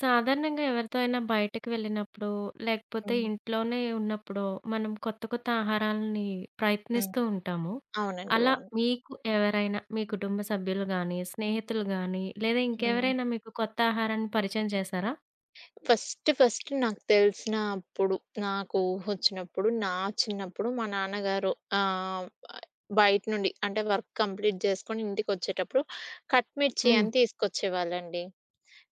సాధారణంగా ఎవరితో అయినా బయటకి వెళ్ళినప్పుడు, లేకపోతే హ్మ్. ఇంట్లోనే ఉన్నప్పుడో, మనం కొత్త కొత్త ఆహారాలని హ్మ్. ప్రయత్నిస్తూ ఉంటాము. అవునండి. అలా అవును. మీకు ఎవరైనా మీ కుటుంబ సభ్యులు గానీ, స్నేహితులు గానీ, లేదా హ్మ్. ఇంకెవరైనా మీకు కొత్త ఆహారాన్ని పరిచయం చేశారా? ఫస్ట్ ఫస్ట్ నాకు తెలిసిన అప్పుడు, నాకు ఊహొచ్చినప్పుడు, నా చిన్నప్పుడు మా నాన్నగారు ఆహ్, బయట నుండి అంటే వర్క్ కంప్లీట్ జేసుకొని ఇంటికొచ్చేటప్పుడు కట్ మిర్చి హ్మ్. అని తీసుకొచ్చేవాళ్ళండి.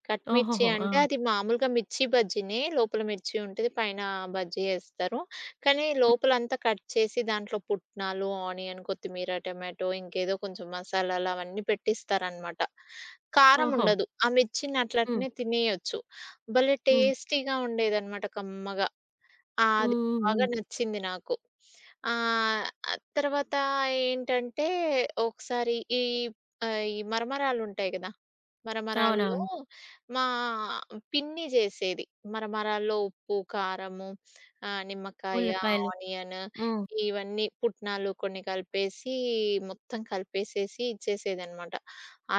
కట్ మిర్చి ఓహోహో! ఆ! అంటే అది మామూలుగా మిర్చి బజ్జీనే. లోపల మిర్చి ఉంటది. పైన బజ్జీ ఏస్తారు. కానీ హ్మ్. లోపలంతా కట్ చేసి దాంట్లో పుట్నాలు, ఆనియన్, కొత్తిమీర, టమాటో ఇంకేదో కొంచెం మసాలాలు అవన్నీ పెట్టిస్తారనమాట. కారం ఓహో! ఉండదు. ఆ మిర్చిని హ్మ్. అట్లట్నే తినేయొచ్చు. భలే హ్మ్. టేస్టీగా ఉండేదనమాట కమ్మగా. అది హ్మ్. హ్మ్. బాగా హ్మ్. నచ్చింది నాకు. ఆహ్, తర్వాత ఏంటంటే ఒకసారి ఈ మరమరాలుంటాయి గదా! హ్మ్. మరమరాల్లో అవునవును. మా పిన్ని జేసేది. మరమరాల్లో ఉప్పు, కారము, నిమ్మకాయ, ఉల్లిపాయలు. ఆనియన్ హ్మ్. ఇవన్నీ పుట్నాలు కొన్ని కలిపేసి, మొత్తం కలిపేసేసి ఇచ్చేసేదనమాట.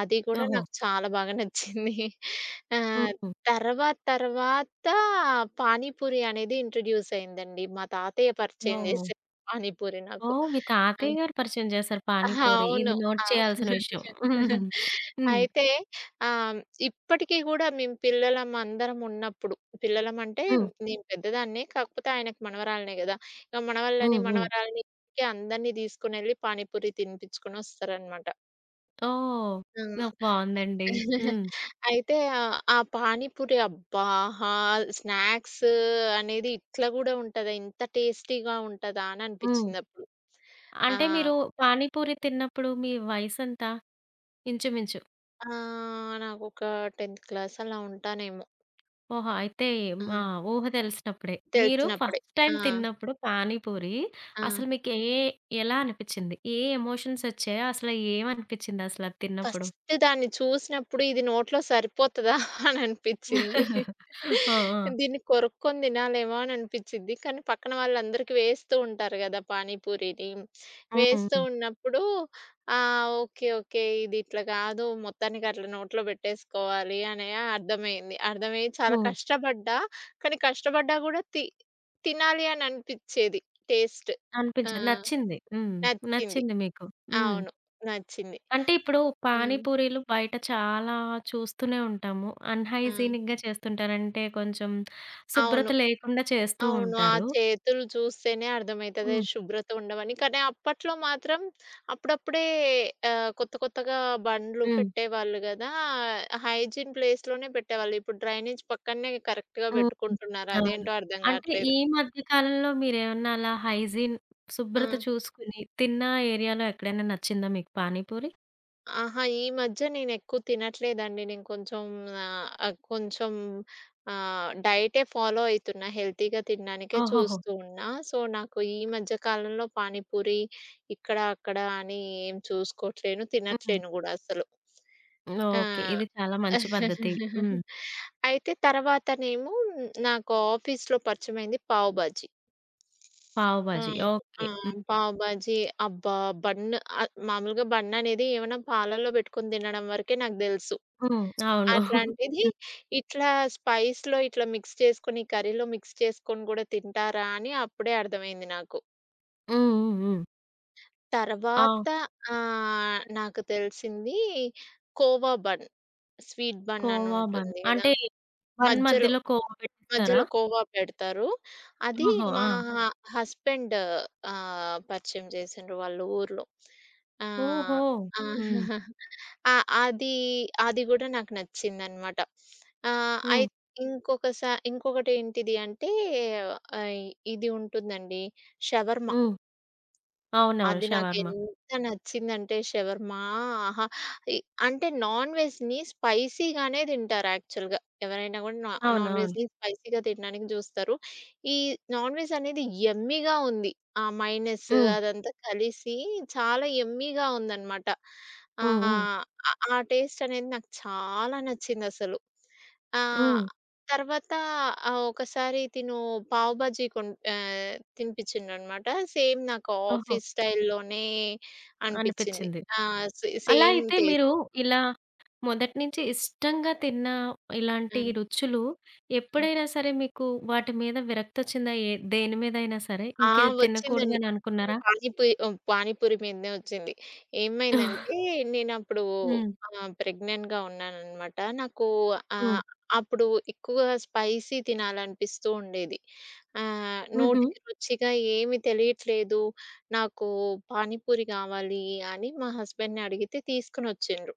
అది కూడా ఓహో! నాకు చాలా బాగా నచ్చింది. ఆహ్, హ్మ్. తర్వాత తర్వాత పానీపూరి అనేది ఇంట్రొడ్యూస్ అయిందండి. మా తాతయ్య పరిచయం ఓహో! జేసారు పానీపూరి నాకు. ఓహ్! మీ ఆ! తాతయ్య గారు పరిచయం చేశారు అహా! పానీపూరి. ఇది అవును. నోట్ ఆ! చేయాల్సిన విషయం. హ్మ్. అయితే ఆహ్, ఇప్పటికి గూడా మేము పిల్లలమందరం ఉన్నప్పుడు, పిల్లలమంటే హ్మ్. నేను పెద్దదాన్నే. కాకపోతే ఆయనకు మనవరాలినే గదా! ఇక హ్మ్. మనవళ్ళని, హ్మ్. మనవరాలిని ఇంటికి అందరిని తీసుకొనెళ్ళి పానీపూరి తినిపించుకొనొస్తారనమాట. ఓహ్! హ్మ్. ఓహ్! బావుందండి. హ్మ్. అయితే ఆ పానీపూరి అబ్బా! ఆహా! స్నాక్స్ అనేది ఇట్లా గూడా ఉంటదా? ఇంత టేస్టీగా ఉంటదా? అని హ్మ్. అనిపించిందప్పుడు. ఆ! అంటే మీరు పానీపూరి తిన్నప్పుడు మీ వయసెంత? ఇంచుమించు. ఆ! నాకొక 10థ్ క్లాస్ అలా ఉంటానేమో. ఓహో! అయితే ఆ! మా ఊహ తెలిసినప్పుడే. మీరు తెలిసినప్పుడే. ఫస్ట్ టైమ్ ఆ! తిన్నప్పుడు పానీపూరి ఆ! అసలు మీకు ఎలా అనిపిచ్చింది? ఏ ఎమోషన్స్ వచ్చాయో అసలు ఏమనిపిచ్చింది అసలు అది తిన్నప్పుడు? ఫస్ట్ దాన్ని చూసినప్పుడు ఇది నోట్లో సరిపోతదా అని అనిపిచ్చింది. ఆ! ఆ! దీన్ని కొరుక్కొని తినాలేమో అని అనిపిచ్చిద్ది. కానీ పక్కన వాళ్ళందరికీ వేస్తూ ఉంటారు గదా! పానీపూరిని. హ్మ్. వేస్తూ హ్మ్. ఉన్నప్పుడు ఆ! ఓకే. ఓకే. ఇది ఇట్లా గాదు. మొత్తానికి అట్లా నోట్లో బెట్టేసుకోవాలి అని అర్థమైంది. అర్థమయ్యి చాలా హ్మ్. కష్టపడ్డా. కానీ కష్టపడ్డా గూడా తినాలి అని అనిపిచ్చేది టేస్ట్. ఆ! అనిపించదు. నచ్చింది. హ్మ్. నచ్చింది. నచ్చింది మీకు. హ్మ్. అవును. నచ్చింది. అంటే ఇప్పుడు హ్మ్. పానీపూరీలు బయట చాలా చూస్తూనే ఉంటాము. ఆ! అన్‌హైజీనిక్‌గా చేస్తుంటారు. అంటే కొంచెం శుభ్రత అవును. లేకుండా చేస్తూ అవును. ఆ ఉంటారు. చేతులు చూస్తేనే అర్థమైతది. హ్మ్. శుభ్రత ఉండవని. కానీ అప్పట్లో మాత్రం అప్పుడప్పుడే కొత్త కొత్తగా బండ్లు హ్మ్. పెట్టేవాళ్ళు గదా! హైజీన్ ప్లేస్‌లోనే పెట్టేవాళ్ళు. ఇప్పుడు డ్రైనేజ్ పక్కనే కరెక్ట్‌గా హ్మ్. పెట్టుకుంటున్నారు. అవును. అదేంటో అర్థం అంటే గాట్లేదు. ఈ మధ్య కాలంలో మీరేమన్నా అలా హైజీన్ ఆ! శుభ్రత చూసుకొని తిన్న ఏరియాలో ఎక్కడైనా నచ్చిందా మీకు పానీపూరి? ఆహా! ఈ మధ్య నేనెక్కువ తినట్లేదండి. నేను కొంచెం ఆహ్, ఆహ్, కొంచెం డైటే ఫాలో అయితున్నా. హెల్తీగా తినడానికే ఓహోహో! చూస్తూ ఉన్నా. సో, నాకు ఈ మధ్య కాలంలో పానీపూరి ఇక్కడ, అక్కడ అని ఏం చూసుకోవట్లేను. హ్మ్. తినట్లేను గూడా అసలు. ఆ! ఓకే. ఇది చాలా మంచి పద్ధతి. హ్మ్. అయితే తర్వాతనేమో నాకు ఆఫీస్‌లో పరిచయమైంది పావ్ బాజీ. పావు ఆ! బాజీ. ఓకే. ఆ! హ్మ్. పావు బాజీ అబ్బా! బన్ మామూలుగా బన్ అనేది ఏమైనా పాలల్లో పెట్టుకొని తినడం వరకే నాకు తెలుసు. హ్మ్. అవును. హ్మ్. అట్లాంటిది ఇట్లా స్పైస్‌లో ఇట్లా మిక్స్ చేసుకొని, కర్రీలో మిక్స్ చేసుకొని కూడా తింటారా అని అప్పుడే అర్థమైంది నాకు. హ్మ్. హ్మ్. హ్మ్. ఆ! తర్వాత నాకు తెలిసింది కోవా బన్. స్వీట్ బన్ అని కోవా బన్. ఉంటుంది కదా! అంటే బన్ మధ్యలో మధ్యలో కోవా పెట్టిస్తారా? మధ్యలో కోవా పెడతారు. అది ఓహో! ఆ! మా హ హస్బెండ్ పరిచయం చేసిండ్రు వాళ్ళ ఊర్లో. ఓహో! ఆహ్, ఆ! హ్మ్. ఆ! అది, అది గూడా నాకు నచ్చిందనమాట. ఆహ్, హ్మ్. అయి ఇంకొకటేంటిది అంటే ఆహ్, ఇది ఉంటుందండి షవర్మ. హ్మ్. అవునవును. అది షవర్మ. నాకెంత నచ్చిందంటే షవర్మా ఆహా! ఇ అంటే నాన్ వెజ్‌ని స్పైసీగానే తింటారు యాక్చువల్‌గా. ఎవరైనా కూడా నాన్ అవునవును. వెజ్‌ని స్పైసీగా తినడానికి చూస్తారు. ఈ నాన్ వెజ్ అనేది యమ్మీగా ఉంది. ఆ మైనస్ హ్మ్. అదంతా కలిసి చాలా యమ్మీగా ఉందనమాట. హ్మ్. హ్మ్. ఆహ్, ఆ ఆ టేస్ట్ అనేది నాకు చాలా నచ్చిందసలు. ఆహ్, హ్మ్. తర్వాత ఒకసారి పావు బాజీ తినిపించిండనమాట. సేమ్ నాకు ఓహో! ఆఫీస్ స్టైల్‌లోనే అనిపిచ్చింది. అనిపిచ్చింది. ఆ! అలా సేమ్ అయితే టేస్ట్. మీరు ఇలా మొదటి నుంచి ఇష్టంగా తిన్న ఇలాంటి హ్మ్. రుచులు హ్మ్. ఎప్పుడైనా సరే మీకు వాటి మీద విరక్తొచ్చిందా? ఏ దేని మీదైనా సరే ఆ! ఇంకిది వచ్చిందండి. తినకూడదని అనుకున్నారా? పానీపూరి హ్మ్. పానీపూరి మీదనే వచ్చింది. ఏమైందంటే నేనప్పుడు హ్మ్. ప్రెగ్నెంట్‌గా ఉన్నాననమాట. నాకు హ్మ్. ఆహ్, అప్పుడు ఎక్కువ స్పైసీ తినాలనిపిస్తూ ఉండేది. హుహు. నోటికి రుచిగా ఏమి తెలియట్లేదు. నాకు పానీపూరి కావాలి అని మా హస్బెండ్‌ని అడిగితే తీసుకొనొచ్చిండ్రు.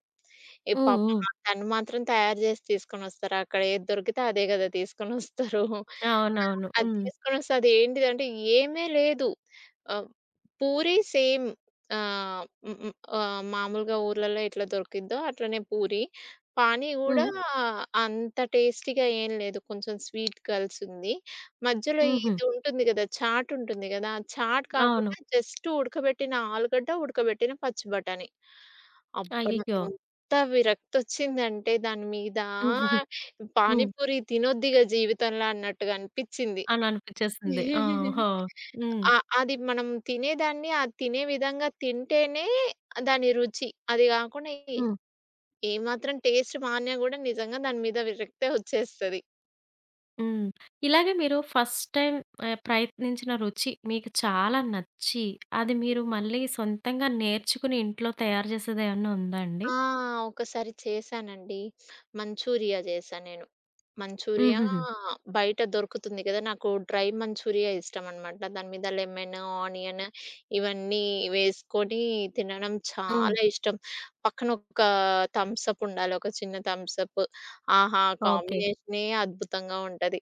ఏ హ్మ్. పాపం హ్మ్. ఆ తను మాత్రం తయారు జేసి తీసుకొనొస్తారు. అక్కడ ఏది దొరికితే అదే గదా తీసుకొనొస్తారు. అవునవును. అది హ్మ్. తీసుకొనొస్తే అది ఏంటిదంటే ఏమే లేదు. ఆహ్, పూరి సేమ్ ఆహ్, హ్మ్. హ్మ్. ఆహ్, మామూలుగా ఊర్లలో ఎట్లా దొరికిద్దో అట్లనే పూరి. పానీ గూడా హ్మ్. హ్మ్. అంత టేస్టీగా ఏం లేదు. కొంచెం స్వీట్ కలిసుంది. మధ్యలో హుహు. ఇది ఉంటుంది గదా! చాట్ ఉంటుంది గదా! ఆ చాట్ అవును. కాకుండా జస్ట్ ఉడకబెట్టిన ఆలుగడ్డ, ఉడకబెట్టిన పచ్చి బఠాణీ. అబ్బా! అయ్యయ్యో! నాకెంత విరక్తొచ్చిందంటే దాని మీద హ్మ్. పానీపూరి తినొద్దిగ జీవితంలో అన్నట్టుగా అనిపిచ్చింది. అని అనిపిచ్చేసింది. ఓహో! హ్మ్. ఆ! అది మనం తినేదాన్ని అది తినే విధంగా తింటేనే దాని రుచి. అది గాకుండా ఏ హ్మ్. ఏమాత్రం టేస్ట్ మానినా గూడా నిజంగా దాని మీద విరక్తే ఒచ్చేస్తది. హ్మ్. ఇలాగే మీరు ఫస్ట్ టైమ్ ప్రయత్నించిన రుచి మీకు చాలా నచ్చి, అది మీరు మళ్ళీ సొంతంగా నేర్చుకుని ఇంట్లో తయారు చేసేదేమన్నా ఉందా అండి? ఆ! ఒకసారి చేశానండి. మంచూరియా చేశా నేను. మంచూరియా హుహుహు. బయట దొరుకుతుంది కదా! నాకు డ్రై మంచూరియా ఇష్టమనమాట. దాని మీద లెమన్, ఆనియన్ ఇవన్నీ వేసుకొని తినడం హ్మ్. చాలా ఇష్టం. పక్కన ఒక థమ్స్ అప్ ఉండాలి. ఒక చిన్న థమ్స్ అప్. ఆహా! ఓకే. కాంబినేషనే అద్భుతంగా ఉంటది.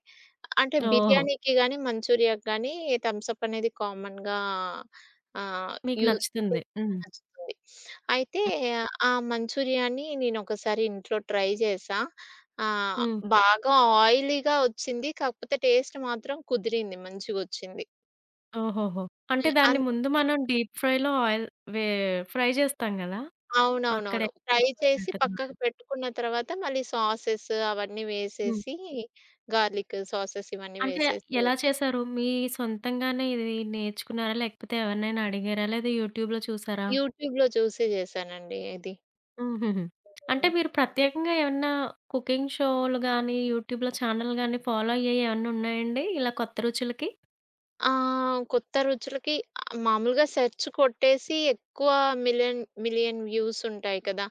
అంటే ఓహ్! బిర్యానీకి గాని, మంచూరియాకి గాని థమ్స్ అప్ అనేది కామన్‌గా ఆహ్, మీకు యూ నచ్చుతుంది. హ్మ్. నచ్చుతుంది. అయితే ఆ మంచూరియాని నేనొకసారి ఇంట్లో ట్రై చేశా. హ్మ్. ఓకే. బాగా ఆయిలీగా వచ్చింది. కాకపోతే టేస్ట్ మాత్రం కుదిరింది. మంచిగొచ్చింది. ఓహోహో! అంటే హ్మ్. దాన్ని ముందు మనం డీప్ ఫ్రైలో ఆయిల్ వే ఫ్రై చేస్తాం గదా! అక్కడే అవునవునవును. ఫ్రై చేసి ఎక్కువైనట్టుందా? పక్కకు పెట్టుకున్న తర్వాత మళ్ళీ సాసెస్ అవన్నీ వేసేసి గార్లిక్ సాసెస్ ఇవన్నీ అంటే వేసేసి ఎలా చేశారు? మీ సొంతంగానే ఇది నేర్చుకున్నారా? లేకపోతే ఎవరినైనా అడిగారా? లేదా యూట్యూబ్‌లో చూసారా? యూట్యూబ్‌లో చూసి చేశానండి ఇది. హుహుహు. అంటే మీరు ప్రత్యేకంగా ఏమన్నా కుకింగ్ షోలు గాని, యూట్యూబ్‌లో ఛానల్ గాని ఫాలో అయ్యేయి ఏమన్నా ఉన్నాయండి? ఇలా కొత్త రుచులకి? ఆ! కొత్త రుచులకి మామూలుగా సెర్చ్ కొట్టేసి ఎక్కువ మిలియన్ మిలియన్ వ్యూస్ ఉంటాయి కదా!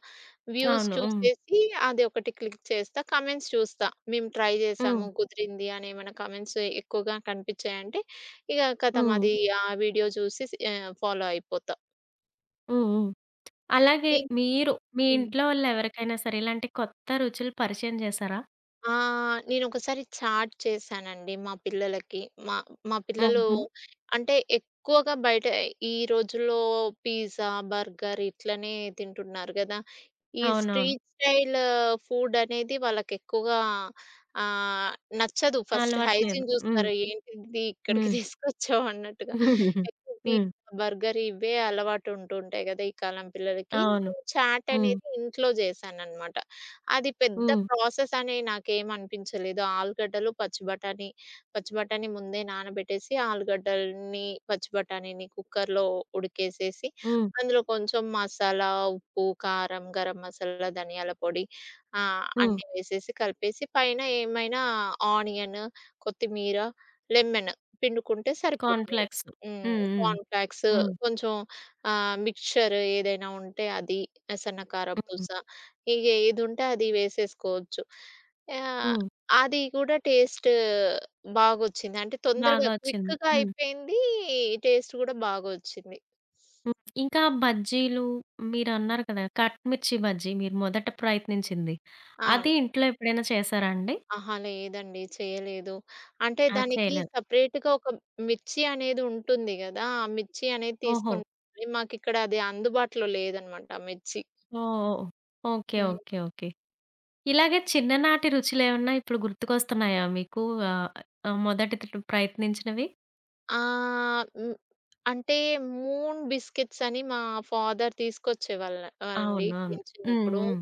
వ్యూస్ అవును. హ్మ్. చూసేసి అది ఒకటి క్లిక్ చేస్తా. కామెంట్స్ చూస్తా. మేము ట్రై హ్మ్. చేసాము, కుదిరింది అని ఏమైనా కామెంట్స్ ఎక్కువగా కనిపించాయంటే, ఇక ఖతం హ్మ్. అది ఆ వీడియో చూసి ఫాలో అయిపోతా. హ్మ్. హ్మ్. అలాగే ఇం మీరు మీ హ్మ్. ఇంట్లో వాళ్ళెవరికైనా సరే ఇలాంటి కొత్త రుచులు పరిచయం చేశారా? ఆ! నేనొకసారి చాట్ చేశానండి మా పిల్లలకి. మా మా పిల్లలు హుహు. అంటే ఎక్కువగా బయట ఈ రోజుల్లో పిజ్జా, బర్గర్ ఇట్లనే తింటున్నారు గదా! ఈ అవునవును. స్ట్రీట్ స్టైల్ ఫుడనేది వాళ్ళకెక్కువగా ఆహ్, నచ్చదు. ఫస్ట్ అలవాట్లేదు. హైజీన్ హ్మ్. జూస్తారు. ఏంటిది ఇక్కడికి హ్మ్. తీసుకొచ్చావు అన్నట్టుగా. ఎక్కువ హ్మ్. పిజ్జా, బర్గర్ ఇవే అలవాటు ఉంటూ ఉంటాయి గదా! ఈ కాలం పిల్లలకి. అవును. నేను చాట్ హ్మ్. అనేది ఇంట్లో జేశాననమాట. అది పెద్ద హ్మ్. ప్రాసెస్ అని నాకేం అనిపించలేదు. ఆలుగడ్డలు, పచ్చి బఠానీ, పచ్చి బఠానీ ముందే నానబెట్టేసి, ఆలుగడ్డల్ని, పచ్చి బఠానీని కుక్కర్‌లో ఉడికేసేసి, హ్మ్. అందులో కొంచెం మసాలా, ఉప్పు, కారం, గరం మసాలా, ధనియాల పొడి హ్మ్. హ్మ్. అన్నీ వేసేసి కలిపేసి పైన ఏమైనా ఆనియన్, కొత్తిమీర, లెమన్ పిండుకుంటే కార్న్ సరిపోతుంది. ఫ్లేక్స్. హ్మ్. హ్మ్. హ్మ్. కార్న్ ఫ్లేక్స్ హ్మ్. కొంచెం మిక్స్చర్ ఏదైనా ఉంటే అది, సన్న హ్మ్. కారపూస ఇగ ఏదుంటే అది వేసేసుకోవచ్చు. ఆహ్, హ్మ్. అది కూడా టేస్ట్ బాగొచ్చింది. అంటే తొందరగా బాగా వచ్చింది. క్విక్‌గా హ్మ్. అయిపోయింది. టేస్ట్ కూడా బాగొచ్చింది. హ్మ్. ఇంకా బజ్జీలు మీరన్నారు కదా! కట్ మిర్చి బజ్జీ మీరు మొదట ప్రయత్నించింది. అవును. అది ఇంట్లో ఎప్పుడైనా చేసారా అండి? అహా! లేదండి. చేయలేదు. అంటే అది దానికి చేయలేదు. సెపరేట్‌గా ఒక మిర్చి అనేది ఉంటుంది గదా! ఆ మిర్చి అనేది ఓహో! తీసుకున్నాం. మాకిక్కడ అది అందుబాటులో లేదనమాట ఆ మిర్చి. ఓహ్! ఓకే. హ్మ్. ఓకే. ఓకే. ఇలాగే చిన్ననాటి రుచులేమన్నా ఇప్పుడు గుర్తుకొస్తున్నాయా మీకు? ఆహ్, ఆహ్, మొదటి త ప్రయత్నించినవి? ఆహ్, హ్మ్. అంటే మూన్ బిస్కెట్స్ అని మా ఫాదర్ తీసుకొచ్చేవాళ్ళ అండి అవును. అవును. హ్మ్. చిన్నప్పుడు. హ్మ్.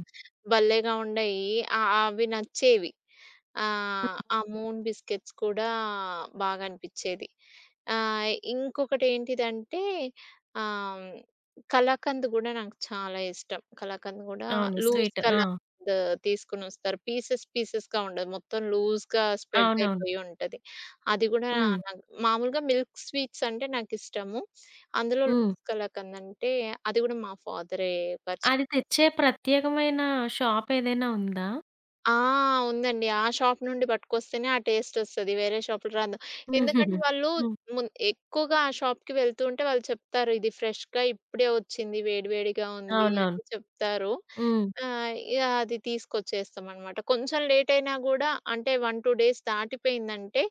భలేగా ఉండేయి. అవి నచ్చేవి. హ్మ్. ఆ మూన్ బిస్కెట్స్ కూడా బాగా అనిపిచ్చేది. ఇంకొకటేంటిదంటే ఆహ్, కలాకంద్ గూడా నాకు చాలా ఇష్టం. కలాకంద్ గూడా అవును. Loose sweet. ఆ! కలాకంద్ తీసుకొనొస్తారు. పీసెస్ పీసెస్‌గా ఉండదు. మొత్తం లూజ్‌గా స్ప్రెడ్ అవునవును. అయిపోయి ఉంటది. అది గూడా హ్మ్. నాకు మామూలుగా మిల్క్ స్వీట్స్ అంటే నాకిష్టము. అందులో హ్మ్. లూజ్ కలాకండ్ అంటే అది గూడా మా ఫాదరే పరిచయం అది చేశారు. తెచ్చే ప్రత్యేకమైన షాపేదైనా ఉందా? ఆ! ఉందండి. ఆ షాప్ నుండి పట్టుకొస్తేనే ఆ టేస్టొస్తది. వేరే షాపులు రాదు. హుహుహు. ఎందుకంటే వాళ్ళు హ్మ్. మున్ ఎక్కువగా ఆ షాప్‌కి వెళ్తూ ఉంటే వాళ్ళు చెప్తారు. ఇది ఫ్రెష్‌గా ఇప్పుడే వచ్చింది. వేడి వేడిగా ఉంది అవునవును. అని చెప్తారు. హ్మ్. ఇగ అది తీసుకొచ్చేస్తామనమాట. కొంచెం లేట్ అయినా గూడా అంటే 1, 2 డేస్ దాటిపోయిందంటే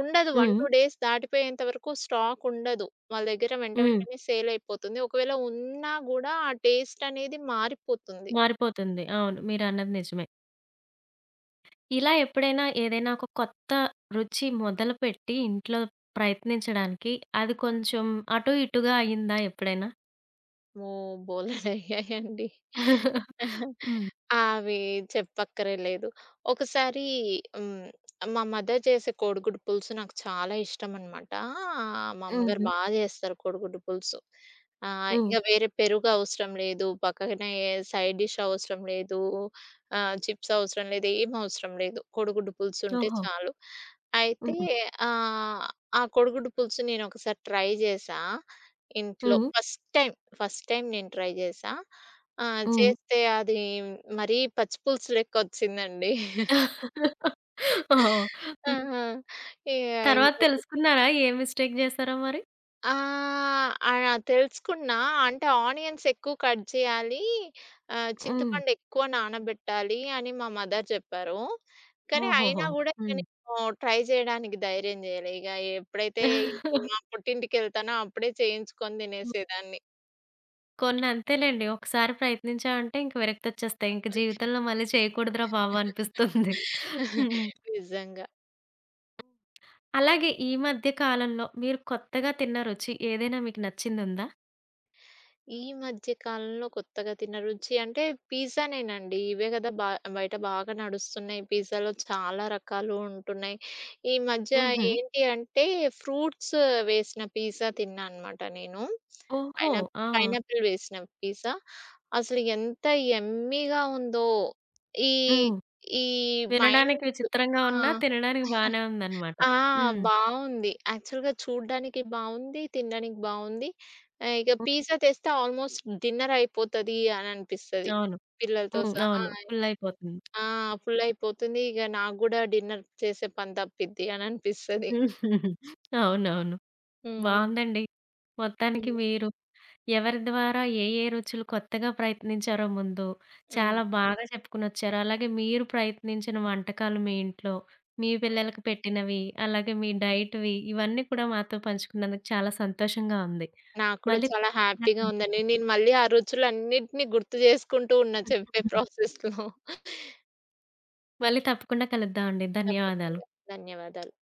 ఉండదు. 1, హ్మ్. 2 డేస్ దాటిపోయేంత వరకు స్టాక్ ఉండదు. వాళ్ళ దగ్గర వెంట హ్మ్. వెంటనే సేల్ అయిపోతుంది. ఒకవేళ ఉన్నా గూడా ఆ టేస్ట్ అనేది మారిపోతుంది. మారిపోతుంది. అవును. మీరన్నది నిజమే. ఇలా ఎప్పుడైనా ఏదైనా ఒక కొత్త రుచి మొదలుపెట్టి ఇంట్లో ప్రయత్నించడానికి అది కొంచెం అటు ఇటుగా అయిందా ఎప్పుడైనా? ఓహ్! బోలెడయ్యాయండి. హ్మ్. అవి చెప్పక్కర్లేదు. ఒకసారి హ్మ్. మా మదర్ చేసే కోడిగుడ్డు పులుసు నాకు చాలా ఇష్టమనమాట. మా అమ్మగారు హుహు. బా చేస్తారు కోడిగుడ్డు పులుసు. హ్మ్. ఇగ వేరే పెరుగు అవసరం లేదు. పక్కనే సైడ్ డిష్ అవసరం లేదు. చిప్స్ అవసరం లేదు. ఏం అవసరం లేదు. కోడిగుడ్డు పులుసు ఉంటే ఓహో! చాలు. అయితే హ్మ్. ఆహ్, ఆ కోడిగుడ్డు పులుసు నేనొకసారి ట్రై చేశా ఇంట్లో హ్మ్. First time. ఫస్ట్ టైమ్ నేను ట్రై చేశా. ఆ! హ్మ్. చేస్తే అది మరీ పచ్చి పులుసు లెక్కొచ్చిందండి. ఓహ్! హ్మ్. ఆహా! ఇగ తర్వాత ఇంకోసారి తెలుసుకున్నారా? ఏ మిస్టేక్ జేశారో మరి? ఆ! ఆ! తెలుసుకున్నా. అంటే ఆనియన్స్ ఎక్కువ కట్ చేయాలి. హ్మ్. చింతపండు ఎక్కువ నానబెట్టాలి అని మా మదర్ చెప్పారు. కానీ ఓహోహో! అయినా గూడా ఇక హ్మ్. నేను ట్రై చేయడానికి ధైర్యం చేయలే. ఇగ ఎప్పుడైతే హ్మ్. మా పుట్టింటికెళ్తానో అప్పుడే చేయించుకొని తినేసేదాన్ని. కొన్ని అంతేలెండి. ఒకసారి ప్రయత్నించామంటే ఇంక విరక్తొచ్చేస్తాయి. ఇంక జీవితంలో మళ్ళీ చేయకూడదురా బాబు అనిపిస్తుంది. హ్మ్. నిజంగా. అలాగే ఈ మధ్య కాలంలో మీరు కొత్తగా తిన్న రుచి ఏదైనా మీకు నచ్చిందుందా? ఈ మధ్య కాలంలో కొత్తగా తిన్న రుచి అంటే పిజ్జానేనండి. ఇవే గదా! బయట బాగా నడుస్తున్నాయి. పిజ్జాలో చాలా రకాలు ఉంటున్నాయి. ఈ మధ్య హుహు. ఏంటి అంటే ఫ్రూట్స్ వేసిన పిజ్జా తిన్నా అనమాట నేను. ఓహో! పైనా ఆ! పైనాపిల్ వేసిన పిజ్జా. అసలు ఎంత యమ్మీగా ఉందో! ఈ హ్మ్. ఈ మైన్ వినడానికి విచిత్రంగా ఆ! ఉన్నా తినడానికి బానే ఉందనమాట. ఆ! హ్మ్. బావుంది. యాక్చువల్‌గా చూడ్డానికి బావుంది. తినడానికి బావుంది. ఇక హ్మ్. పిజ్జా తెస్తే ఆల్‌మోస్ట్ డిన్నర్ అయిపోతది అని అనిపిస్తది. అవును. పిల్లలతో హ్మ్. సహా అవును. ఫుల్ అయిపోతుంది. ఆ! ఫుల్ అయిపోతుంది. ఇక నాకు గూడా డిన్నర్ చేసే పని తప్పిద్ది అని అనిపిస్తది. అవునవును. హ్మ్. బావుందండి. మొత్తానికి హ్మ్. మీరు ఎవరి ద్వారా ఏ, ఏ రుచులు కొత్తగా ప్రయత్నించారో ముందు, హ్మ్. చాలా బాగా చెప్పుకొనొచ్చారు. అలాగే మీరు ప్రయత్నించిన వంటకాలు మీ ఇంట్లో, మీ పిల్లలకు పెట్టినవి, అలాగే మీ డైట్‌వి ఇవన్నీ కూడా మాతో పంచుకున్నందుకు చాలా సంతోషంగా ఉంది. నాకు కూడా మళ్ళీ చాలా తప్పకుండా హ్యాపీగా కలుద్దాం. ఉందండి. నేను మళ్ళీ ఆ రుచులన్నిటిని గుర్తు చేసుకుంటూ ఉన్నా చెప్పే ప్రాసెస్‌లో. మళ్ళీ తప్పకుండా కలుద్దామండి. ధన్యవాదాలు. తప్పకుండా. ధన్యవాదాలు.